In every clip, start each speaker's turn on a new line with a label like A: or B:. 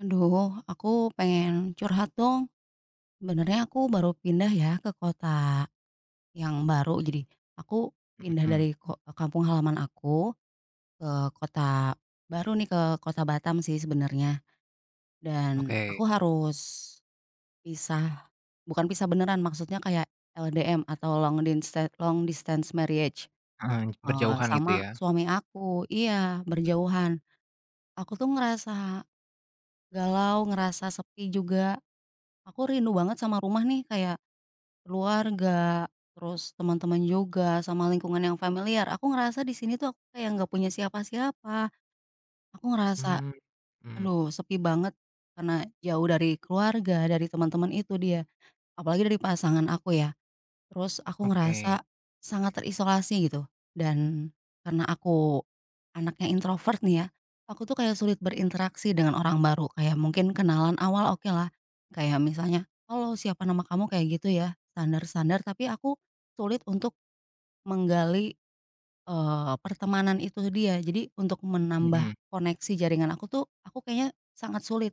A: Aduh, aku pengen curhat dong. Sebenarnya aku baru pindah ya ke kota yang baru. Jadi aku pindah
B: Mmm,
A: dari kampung halaman aku ke kota baru nih ke kota Batam sih sebenarnya. Dan aku
B: oke,
A: harus pisah, bukan pisah beneran. Maksudnya kayak LDM atau long distance marriage
B: heeh, berjauhan gitu
A: sama
B: ya?
A: suami aku. Iya berjauhan. Aku tuh ngerasa galau, ngerasa sepi juga aku rindu banget sama rumah nih kayak keluarga, terus teman-teman juga, sama lingkungan yang familiar. Aku ngerasa di sini tuh aku kayak nggak punya siapa-siapa. Aku ngerasa,
B: Mmm, mhm,
A: aduh sepi banget karena jauh dari keluarga, dari teman-teman itu dia, apalagi dari pasangan aku ya. Terus aku
B: oke,
A: ngerasa sangat terisolasi gitu dan karena aku anaknya introvert nih ya, aku tuh kayak sulit berinteraksi dengan orang baru, kayak mungkin kenalan awal oke lah kayak misalnya, "Halo siapa nama kamu?" Kayak gitu ya, standar-standar tapi aku sulit untuk menggali, pertemanan itu dia. Jadi untuk
B: mhm,
A: menambah koneksi jaringan aku tuh, aku kayaknya sangat sulit,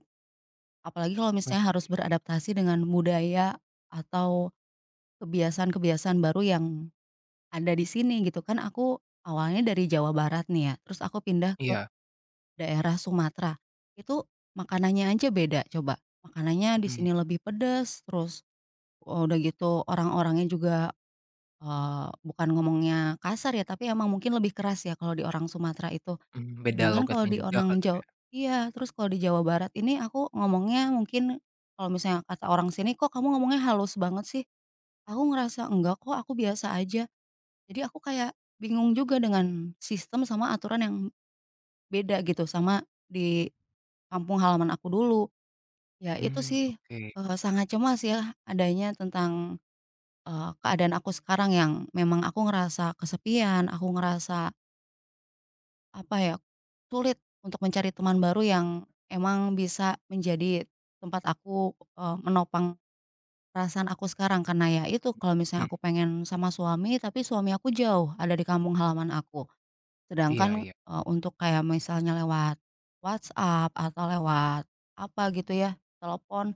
A: apalagi kalau
B: oh,
A: misalnya harus beradaptasi dengan budaya atau kebiasaan-kebiasaan baru yang ada di sini gitu kan aku awalnya dari Jawa Barat nih ya, terus aku pindah ke
B: iya,
A: daerah Sumatera. Itu makanannya aja beda coba, makanannya di
B: mhm
A: sini lebih pedas terus oh, udah gitu orang-orangnya juga, bukan ngomongnya kasar ya, tapi emang mungkin lebih keras ya kalau di orang Sumatera itu.
B: mhm, beda
A: Sedangkan kalau
B: logatnya
A: di
B: juga
A: orang
B: kali ya?
A: Jawa iya, terus kalau di Jawa Barat ini aku ngomongnya mungkin kalau misalnya kata orang sini, "Kok kamu ngomongnya halus banget sih?" Aku ngerasa, "Enggak kok, aku biasa aja." Jadi aku kayak bingung juga dengan sistem sama aturan yang beda gitu, sama di kampung halaman aku dulu. Ya itu
B: Mmm,
A: sih,
B: oke,
A: sangat cemas ya adanya tentang, keadaan aku sekarang yang memang aku ngerasa kesepian, aku ngerasa, apa ya, sulit untuk mencari teman baru yang emang bisa menjadi tempat aku, menopang perasaan aku sekarang. Karena ya itu, kalau misalnya
B: mhm,
A: aku pengen sama suami, tapi suami aku jauh, ada di kampung halaman aku.
B: iya
A: Sedangkan,
B: iya,
A: untuk kayak misalnya lewat WhatsApp atau lewat apa gitu ya, telepon,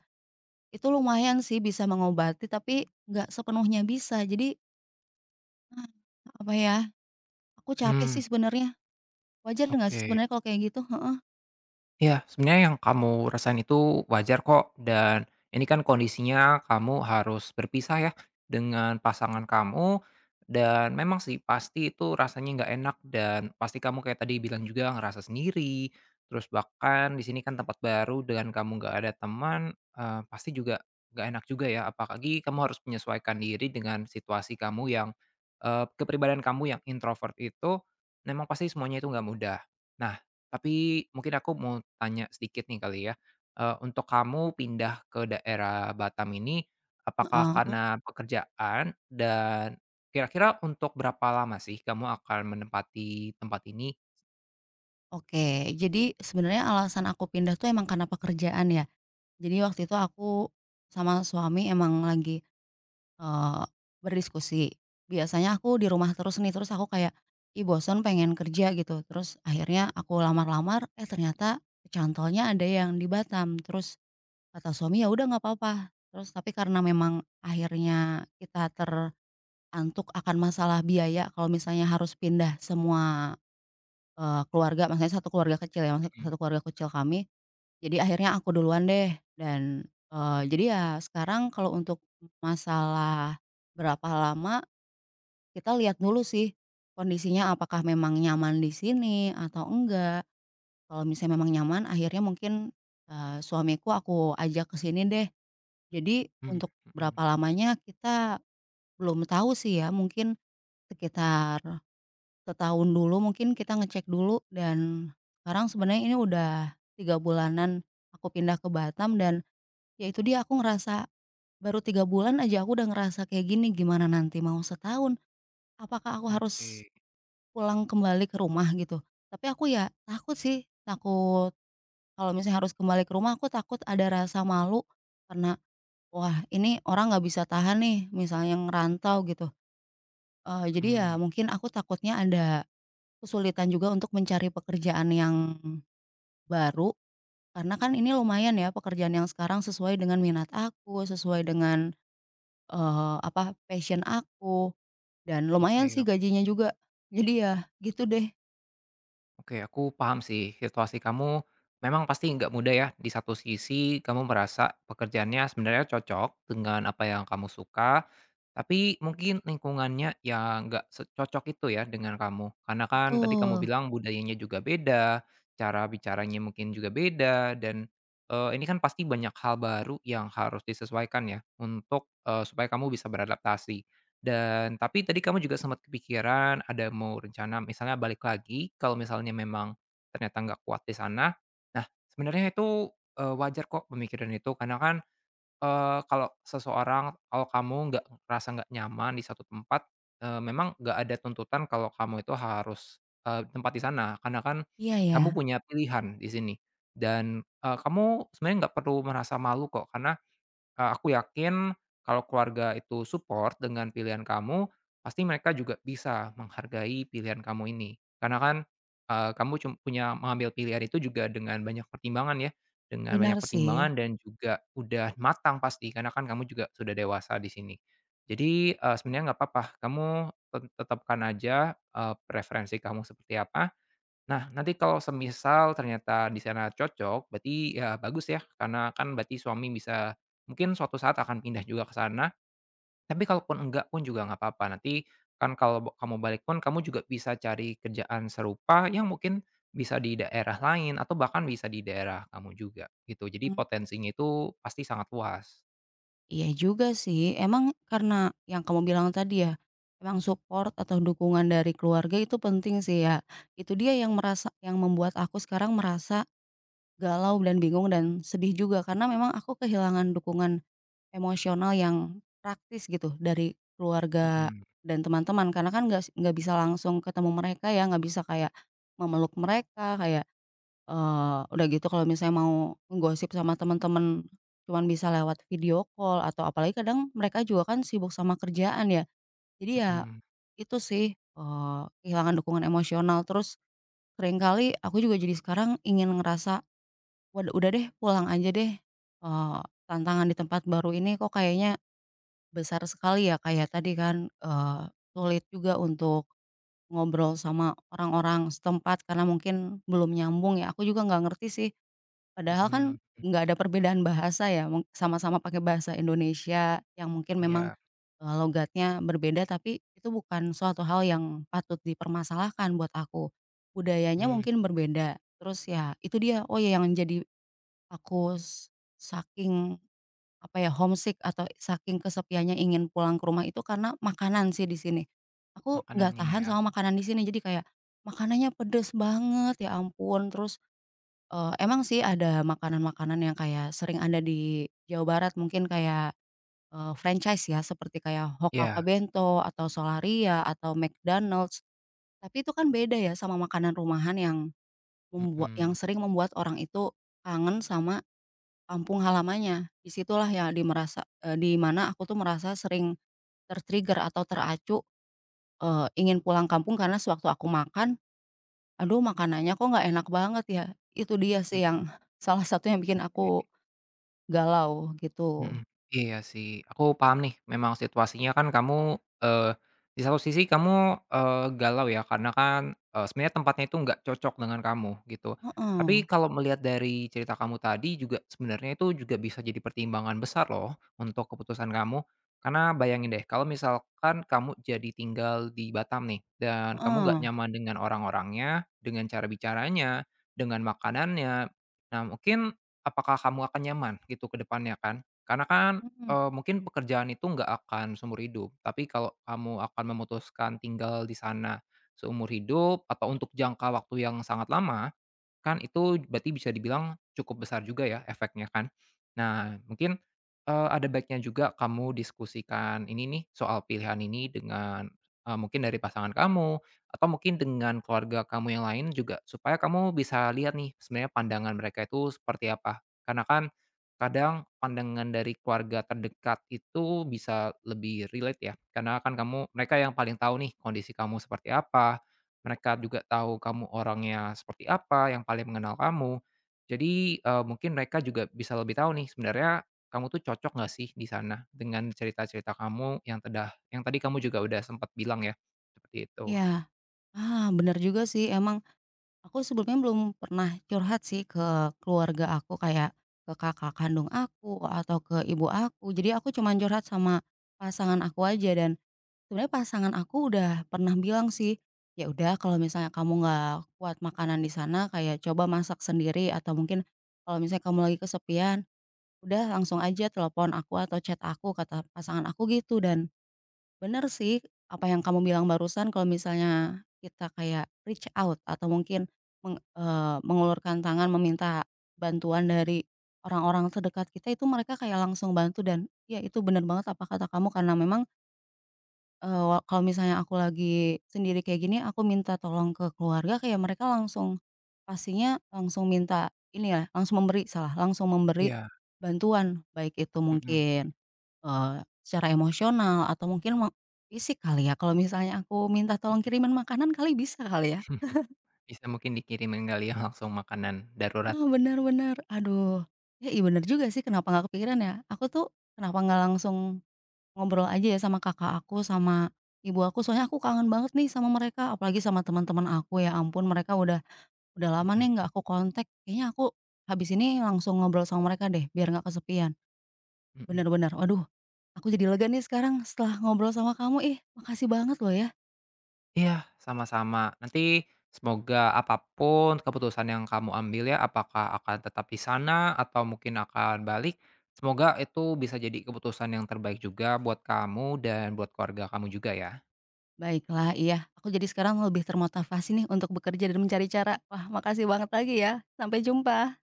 A: itu lumayan sih bisa mengobati tapi nggak sepenuhnya bisa. Jadi apa ya, aku capek
B: mmm,
A: sih sebenarnya. Wajar nggak sih
B: oke.
A: sebenarnya kalau kayak gitu? Heeh,
B: Ya, sebenarnya yang kamu rasain itu wajar kok, dan ini kan kondisinya kamu harus berpisah ya dengan pasangan kamu, dan memang sih pasti itu rasanya nggak enak dan pasti kamu kayak tadi bilang juga ngerasa sendiri, terus bahkan di sini kan tempat baru dengan kamu nggak ada teman, pasti juga nggak enak juga ya, apalagi kamu harus menyesuaikan diri dengan situasi kamu yang, kepribadian kamu yang introvert itu memang pasti semuanya itu nggak mudah. Nah, tapi mungkin aku mau tanya sedikit nih kali ya, untuk kamu pindah ke daerah Batam ini, apakah
A: heeh.
B: karena pekerjaan? Dan kira-kira untuk berapa lama sih kamu akan menempati tempat ini?
A: Oke, jadi sebenarnya alasan aku pindah tuh emang karena pekerjaan ya. Jadi waktu itu aku sama suami emang lagi Eee, berdiskusi. Biasanya aku di rumah terus nih, terus aku kayak, "Ih bosen pengen kerja," gitu. Terus akhirnya aku lamar-lamar, eh ternyata cantolnya ada yang di Batam. Terus kata suami, "Ya udah nggak apa-apa." Terus tapi karena memang akhirnya kita terantuk akan masalah biaya kalau misalnya harus pindah semua, keluarga, maksudnya satu keluarga kecil ya, maksud satu
B: Mhm,
A: keluarga kecil kami jadi akhirnya aku duluan deh dan, jadi ya sekarang kalau untuk masalah berapa lama, kita lihat dulu sih kondisinya apakah memang nyaman di sini atau enggak. Kalau misalnya memang nyaman akhirnya mungkin, suamiku aku ajak ke sini deh. Jadi
B: mmm,
A: untuk
B: mhm,
A: berapa lamanya kita belum tahu sih ya, mungkin sekitar setahun dulu mungkin kita ngecek dulu dan sekarang sebenarnya ini udah 3 bulanan aku pindah ke Batam dan ya itu dia, aku ngerasa baru 3 bulan aja aku udah ngerasa kayak gini, gimana nanti mau setahun? Apakah aku harus
B: oke,
A: pulang kembali ke rumah gitu? Tapi aku ya takut sih, takut kalau misalnya harus kembali ke rumah, aku takut ada rasa malu karena, wah ini orang nggak bisa tahan nih misalnya ngerantau gitu. Jadi ya
B: mmm,
A: mungkin aku takutnya ada kesulitan juga untuk mencari pekerjaan yang baru, karena kan ini lumayan ya pekerjaan yang sekarang sesuai dengan minat aku, sesuai dengan apa, passion aku, dan
B: oke
A: lumayan sih
B: ok.
A: gajinya juga. Jadi ya gitu deh.
B: Oke, aku paham sih situasi kamu memang pasti nggak mudah ya. Di satu sisi kamu merasa pekerjaannya sebenarnya cocok dengan apa yang kamu suka, tapi mungkin lingkungannya ya nggak secocok itu ya dengan kamu. Karena kan tadi kamu
A: Betul.
B: bilang budayanya juga beda, cara bicaranya mungkin juga beda, dan ini kan pasti banyak hal baru yang harus disesuaikan ya untuk supaya kamu bisa beradaptasi. Dan tapi tadi kamu juga sempat kepikiran ada mau rencana misalnya balik lagi, kalau misalnya memang ternyata nggak kuat di sana. Nah, sebenarnya itu, wajar kok pemikiran itu karena kan, kalau seseorang kalau kamu nggak ngerasa nggak nyaman di satu tempat, memang nggak ada tuntutan kalau kamu itu harus, tempat di sana karena kan
A: Iya ya,
B: kamu punya pilihan di sini dan, kamu sebenarnya nggak perlu merasa malu kok karena aku yakin kalau keluarga itu support dengan pilihan kamu, pasti mereka juga bisa menghargai pilihan kamu ini. Karena kan, kamu cum punya mengambil pilihan itu juga dengan banyak pertimbangan ya, dengan banyak
A: benar sih.
B: pertimbangan dan juga udah matang pasti, karena kan kamu juga sudah dewasa di sini. Jadi, sebenarnya nggak apa-apa, kamu tetapkan aja, preferensi kamu seperti apa. Nah, nanti kalau semisal ternyata di sana cocok, berarti ya bagus ya, karena kan berarti suami bisa mungkin suatu saat akan pindah juga ke sana, tapi kalaupun enggak pun juga nggak apa-apa. Nanti kan kalau kamu balik pun kamu juga bisa cari kerjaan serupa yang mungkin bisa di daerah lain atau bahkan bisa di daerah kamu juga, gitu. Jadi
A: Mmm,
B: potensinya itu pasti sangat luas.
A: iya juga sih. Emang karena yang kamu bilang tadi ya, emang support atau dukungan dari keluarga itu penting sih ya. Itu dia yang merasa yang membuat aku sekarang merasa galau dan bingung dan sedih juga karena memang aku kehilangan dukungan emosional yang praktis gitu dari keluarga
B: Mhm
A: dan teman-teman karena kan nggak bisa langsung ketemu mereka ya, nggak bisa kayak memeluk mereka kayak, udah gitu kalau misalnya mau ngegosip sama teman-teman cuman bisa lewat video call atau apalagi kadang mereka juga kan sibuk sama kerjaan ya. Jadi ya
B: mhm
A: itu sih, kehilangan dukungan emosional terus seringkali aku juga jadi sekarang ingin ngerasa, waduh udah deh pulang aja deh, eee, tantangan di tempat baru ini kok kayaknya besar sekali ya, kayak tadi kan, eee, sulit juga untuk ngobrol sama orang-orang setempat karena mungkin belum nyambung ya, aku juga nggak ngerti sih. Padahal kan
B: mhm.
A: nggak ada perbedaan bahasa ya, sama-sama pakai bahasa Indonesia yang mungkin memang,
B: Iya,
A: logatnya berbeda, tapi itu bukan suatu hal yang patut dipermasalahkan buat aku. Budayanya
B: mmm,
A: mungkin berbeda, terus ya itu dia, oh, ya yang jadi aku s saking apa ya, homesick atau saking kesepiannya ingin pulang ke rumah itu karena makanan sih di sini. Aku nggak
B: makanannya
A: tahan
B: ya?
A: sama makanan di sini, jadi kayak makanannya pedes banget, ya ampun. Terus, emang sih ada makanan-makanan yang kayak sering ada di Jawa Barat mungkin kayak, franchise ya, seperti kayak hoka
B: Iya,
A: Bento atau Solaria atau McDonald's. Tapi itu kan beda ya sama makanan rumahan yang membuat yang
B: mhm,
A: sering membuat orang itu kangen sama kampung halamannya. Disitulah ya di merasa di mana aku tuh merasa sering ter-trigger atau teracu, ingin pulang kampung karena sewaktu aku makan, "Aduh makanannya kok nggak enak banget ya?" Itu dia sih
B: mhm
A: yang salah satu yang bikin
B: mhm.
A: aku galau gitu.
B: Mhm, iya sih, aku paham nih memang situasinya kan kamu, di satu sisi kamu, galau ya karena kan, sebenarnya tempatnya itu nggak cocok dengan kamu gitu.
A: Heeh
B: Tapi kalau melihat dari cerita kamu tadi juga sebenarnya itu juga bisa jadi pertimbangan besar loh untuk keputusan kamu. Karena bayangin deh kalau misalkan kamu jadi tinggal di Batam nih dan kamu
A: heeh,
B: nggak nyaman dengan orang-orangnya, dengan cara bicaranya, dengan makanannya. Nah, mungkin apakah kamu akan nyaman gitu ke depannya kan? Karena kan,
A: mhm,
B: mungkin pekerjaan itu nggak akan seumur hidup, tapi kalau kamu akan memutuskan tinggal di sana seumur hidup atau untuk jangka waktu yang sangat lama, kan itu berarti bisa dibilang cukup besar juga ya efeknya kan. Nah, mungkin, ada baiknya juga kamu diskusikan ini nih, soal pilihan ini dengan, mungkin dari pasangan kamu, atau mungkin dengan keluarga kamu yang lain juga, supaya kamu bisa lihat nih sebenarnya pandangan mereka itu seperti apa. Karena kan kadang pandangan dari keluarga terdekat itu bisa lebih relate ya, karena kan kamu mereka yang paling tahu nih kondisi kamu seperti apa, mereka juga tahu kamu orangnya seperti apa, yang paling mengenal kamu. Jadi, mungkin mereka juga bisa lebih tahu nih sebenarnya kamu tuh cocok nggak sih di sana dengan cerita-cerita kamu yang tadi kamu juga udah sempat bilang ya, seperti itu.
A: iya. Ah, benar juga sih emang aku sebelumnya belum pernah curhat sih ke keluarga aku kayak ke kakak kandung aku atau ke ibu aku. Jadi aku cuma curhat sama pasangan aku aja dan sebenarnya pasangan aku udah pernah bilang sih, "Ya udah kalau misalnya kamu nggak kuat makanan di sana kayak coba masak sendiri atau mungkin kalau misalnya kamu lagi kesepian, udah langsung aja telepon aku atau chat aku," kata pasangan aku gitu. Dan bener sih apa yang kamu bilang barusan kalau misalnya kita kayak reach out atau mungkin mengulurkan tangan meminta bantuan dari orang-orang terdekat kita itu mereka kayak langsung bantu dan ya itu bener banget apa kata kamu karena memang Eee, wa kalau misalnya aku lagi sendiri kayak gini, aku minta tolong ke keluarga, kayak mereka langsung pastinya langsung minta ini ya, langsung memberi salah, langsung memberi
B: Iya.
A: bantuan, baik itu
B: Mhm
A: mungkin, eee, secara emosional atau mungkin fisik kali ya, kalau misalnya aku minta tolong
B: mhm.
A: kirimin makanan kali bisa kali ya?
B: Bisa mungkin dikirimin kali ya langsung makanan darurat.
A: Nah, benar-benar, aduh, ya, iya benar juga sih, kenapa nggak kepikiran ya? Aku tuh kenapa nggak langsung ngobrol aja ya sama kakak aku, sama ibu aku, soalnya aku kangen banget nih sama mereka, apalagi sama teman-teman aku, ya ampun mereka udah lama nih nggak
B: Mhm
A: aku kontak, kayaknya aku habis ini langsung ngobrol sama mereka deh, biar nggak kesepian.
B: mhm.
A: Bener-bener, waduh aku jadi lega nih sekarang setelah ngobrol sama kamu, ih makasih banget loh ya.
B: Iya, sama-sama. Nanti semoga apapun keputusan yang kamu ambil ya, apakah akan tetap di sana atau mungkin akan balik, semoga itu bisa jadi keputusan yang terbaik juga buat kamu dan buat keluarga kamu juga ya.
A: Baiklah, iya aku jadi sekarang lebih termotivasi nih untuk bekerja dan mencari cara. Wah makasih banget lagi ya, sampai jumpa.